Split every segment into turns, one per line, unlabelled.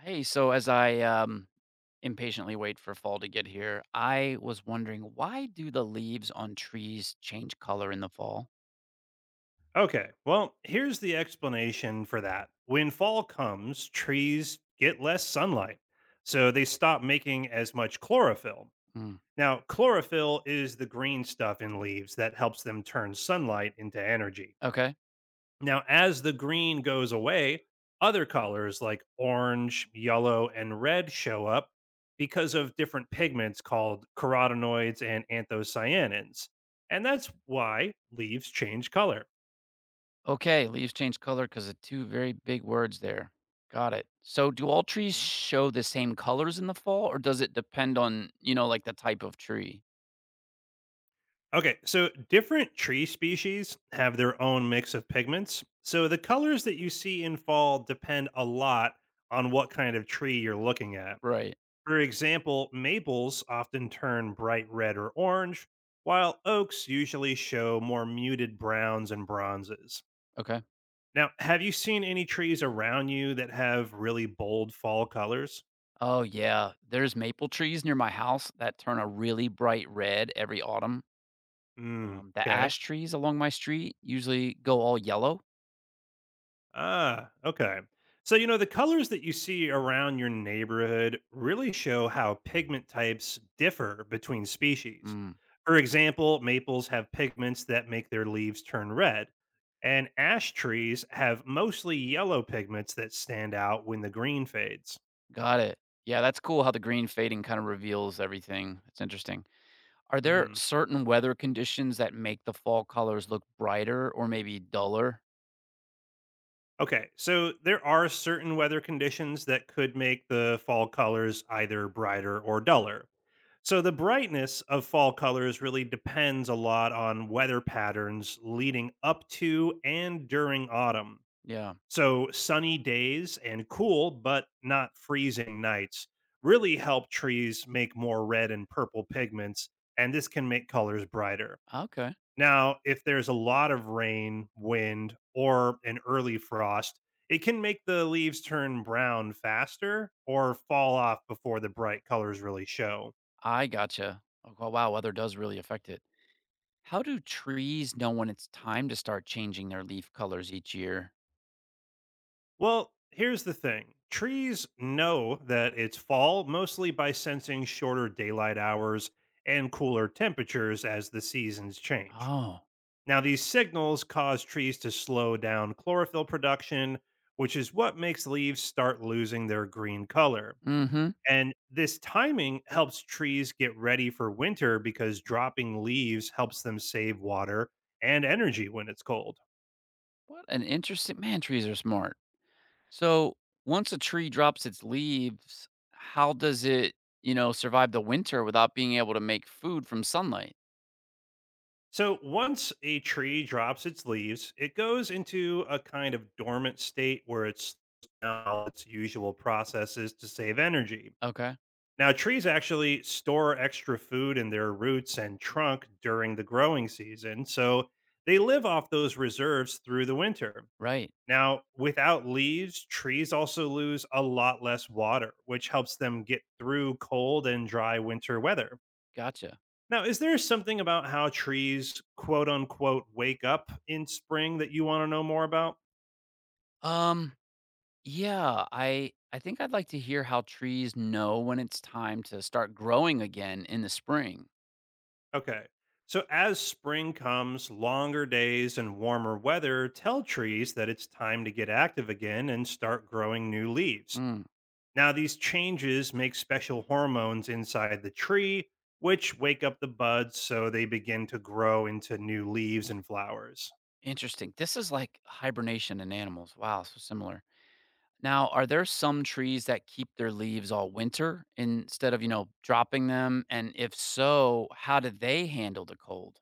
Hey, so as I impatiently wait for fall to get here, I was wondering why do the leaves on trees change color in the fall?
Okay. Well, here's the explanation for that. When fall comes, trees get less sunlight, so they stop making as much chlorophyll.
Mm.
Now, chlorophyll is the green stuff in leaves that helps them turn sunlight into energy.
Okay.
Now, as the green goes away, other colors like orange, yellow, and red show up because of different pigments called carotenoids and anthocyanins. And that's why leaves change color.
Okay, leaves change color because of two very big words there. Got it. So do all trees show the same colors in the fall or does it depend on, you know, like the type of tree?
Okay, so different tree species have their own mix of pigments. So the colors that you see in fall depend a lot on what kind of tree you're looking at.
Right.
For example, maples often turn bright red or orange, while oaks usually show more muted browns and bronzes.
Okay.
Now, have you seen any trees around you that have really bold fall colors?
Oh, yeah. There's maple trees near my house that turn a really bright red every autumn.
Hmm,
The
okay.
ash trees along my street usually go all yellow.
Ah, okay. So, you know, the colors that you see around your neighborhood really show how pigment types differ between species.
Mm,
For example, maples have pigments that make their leaves turn red, and ash trees have mostly yellow pigments that stand out when the green fades.
got it. Yeah, that's cool how the green fading kind of reveals everything. It's interesting. Are there
Hmm.
certain weather conditions that make the fall colors look brighter or maybe duller?
Okay, so there are certain weather conditions that could make the fall colors either brighter or duller. So the brightness of fall colors really depends a lot on weather patterns leading up to and during autumn.
Yeah.
So sunny days and cool but not freezing nights really help trees make more red and purple pigments, and this can make colors brighter.
Okay.
Now, if there's a lot of rain, wind, or an early frost, it can make the leaves turn brown faster or fall off before the bright colors really show.
I gotcha. Oh, wow. Weather does really affect it. How do trees know when it's time to start changing their leaf colors each year?
Well, here's the thing, trees know that it's fall mostly by sensing shorter daylight hours and cooler temperatures as the seasons change.
Oh.
Now, these signals cause trees to slow down chlorophyll production, which is what makes leaves start losing their green color.
mm hmm.
And this timing helps trees get ready for winter because dropping leaves helps them save water and energy when it's cold.
What an interesting man. Trees are smart. So once a tree drops its leaves, how does it, you know, survive the winter without being able to make food from sunlight?
So once a tree drops its leaves, it goes into a kind of dormant state where it's now its usual processes to save energy.
Okay.
Now, trees actually store extra food in their roots and trunk during the growing season, so they live off those reserves through the winter.
Right.
Now, without leaves, trees also lose a lot less water, which helps them get through cold and dry winter weather.
Gotcha.
Now, is there something about how trees quote unquote wake up in spring that you want to know more about?
Um yeah, I think I'd like to hear how trees know when it's time to start growing again in the spring.
Okay. So, as spring comes, longer days and warmer weather tell trees that it's time to get active again and start growing new leaves.
Mm,
Now, these changes make special hormones inside the tree, which wake up the buds so they begin to grow into new leaves and flowers.
interesting. This is like hibernation in animals. Wow, so similar. Now, are there some trees that keep their leaves all winter instead of, you know, dropping them? And if so, how do they handle the cold?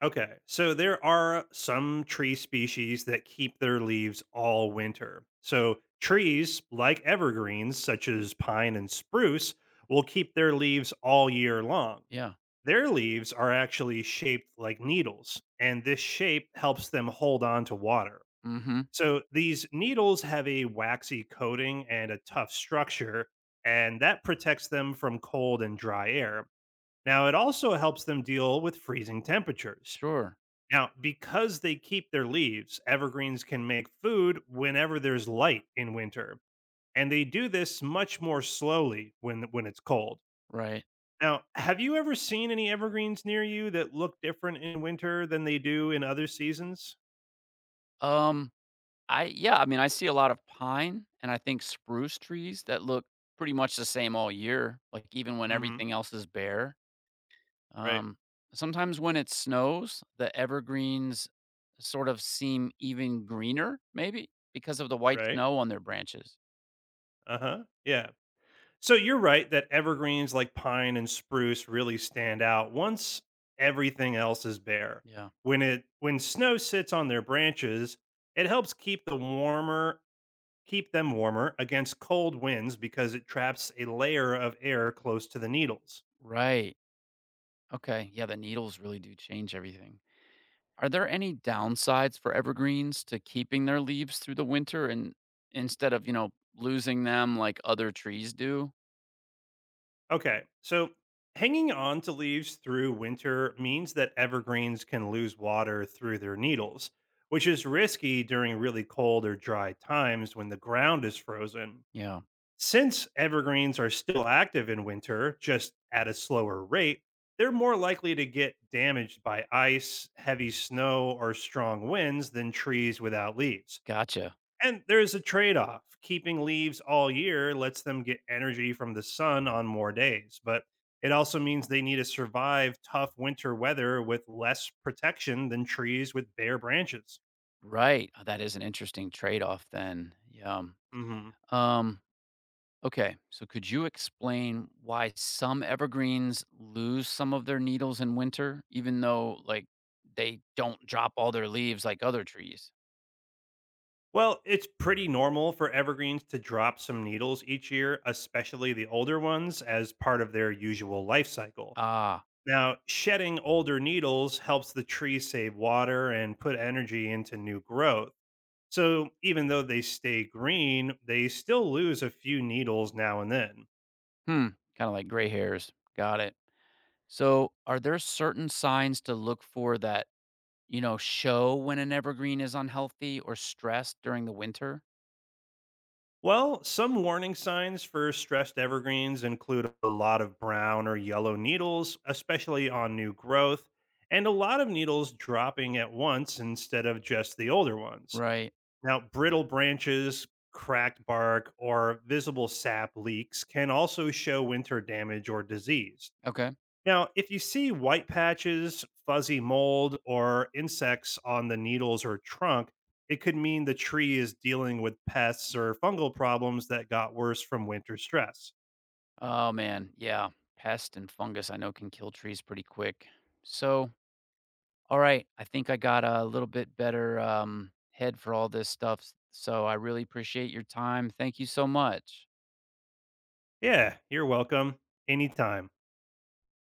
Okay, so there are some tree species that keep their leaves all winter. So, trees like evergreens, such as pine and spruce, will keep their leaves all year long.
Yeah.
Their leaves are actually shaped like needles, and this shape helps them hold on to water.
Mhm.
So, these needles have a waxy coating and a tough structure, and that protects them from cold and dry air. Now, it also helps them deal with freezing temperatures.
Sure.
Now, because they keep their leaves, evergreens can make food whenever there's light in winter, and they do this much more slowly when it's cold.
Right.
Now, have you ever seen any evergreens near you that look different in winter than they do in other seasons?
Um, I yeah, I mean, I see a lot of pine and I think spruce trees that look pretty much the same all year, like even when
Mhm.
everything else is bare.
Right.
Um, sometimes when it snows, the evergreens sort of seem even greener, maybe because of the white
Right.
snow on their branches.
Uh-huh. Yeah. So you're right that evergreens like pine and spruce really stand out once everything else is bare.
Yeah.
When snow sits on their branches, it helps keep the warmer keep them warmer against cold winds because it traps a layer of air close to the needles.
Right. Okay. Yeah, the needles really do change everything. Are there any downsides for evergreens to keeping their leaves through the winter and instead of, you know, losing them like other trees do?
Okay, so hanging on to leaves through winter means that evergreens can lose water through their needles, which is risky during really cold or dry times when the ground is frozen.
Yeah.
Since evergreens are still active in winter, just at a slower rate, they're more likely to get damaged by ice, heavy snow, or strong winds than trees without leaves.
Gotcha.
And there is a trade off. Keeping leaves all year lets them get energy from the sun on more days, but it also means they need to survive tough winter weather with less protection than trees with bare branches.
Right. Oh, that is an interesting trade-off then. Yeah.
Hmm.
Um okay, so could you explain why some evergreens lose some of their needles in winter even though like they don't drop all their leaves like other trees?
Well, it's pretty normal for evergreens to drop some needles each year, especially the older ones, as part of their usual life cycle.
Ah.
Now, shedding older needles helps the tree save water and put energy into new growth. So even though they stay green, they still lose a few needles now and then.
Hmm. Kind of like gray hairs. Got it. So, are there certain signs to look for that, you know, show when an evergreen is unhealthy or stressed during the winter?
Well, some warning signs for stressed evergreens include a lot of brown or yellow needles, especially on new growth, and a lot of needles dropping at once instead of just the older ones.
Right.
Now, brittle branches, cracked bark, or visible sap leaks can also show winter damage or disease.
Okay.
Now, if you see white patches, fuzzy mold, or insects on the needles or trunk, it could mean the tree is dealing with pests or fungal problems that got worse from winter stress.
Oh man, yeah. Pest and fungus I know can kill trees pretty quick. So, all right, I think I got a little bit better head for all this stuff. So, I really appreciate your time. Thank you so much.
Yeah, you're welcome. Anytime.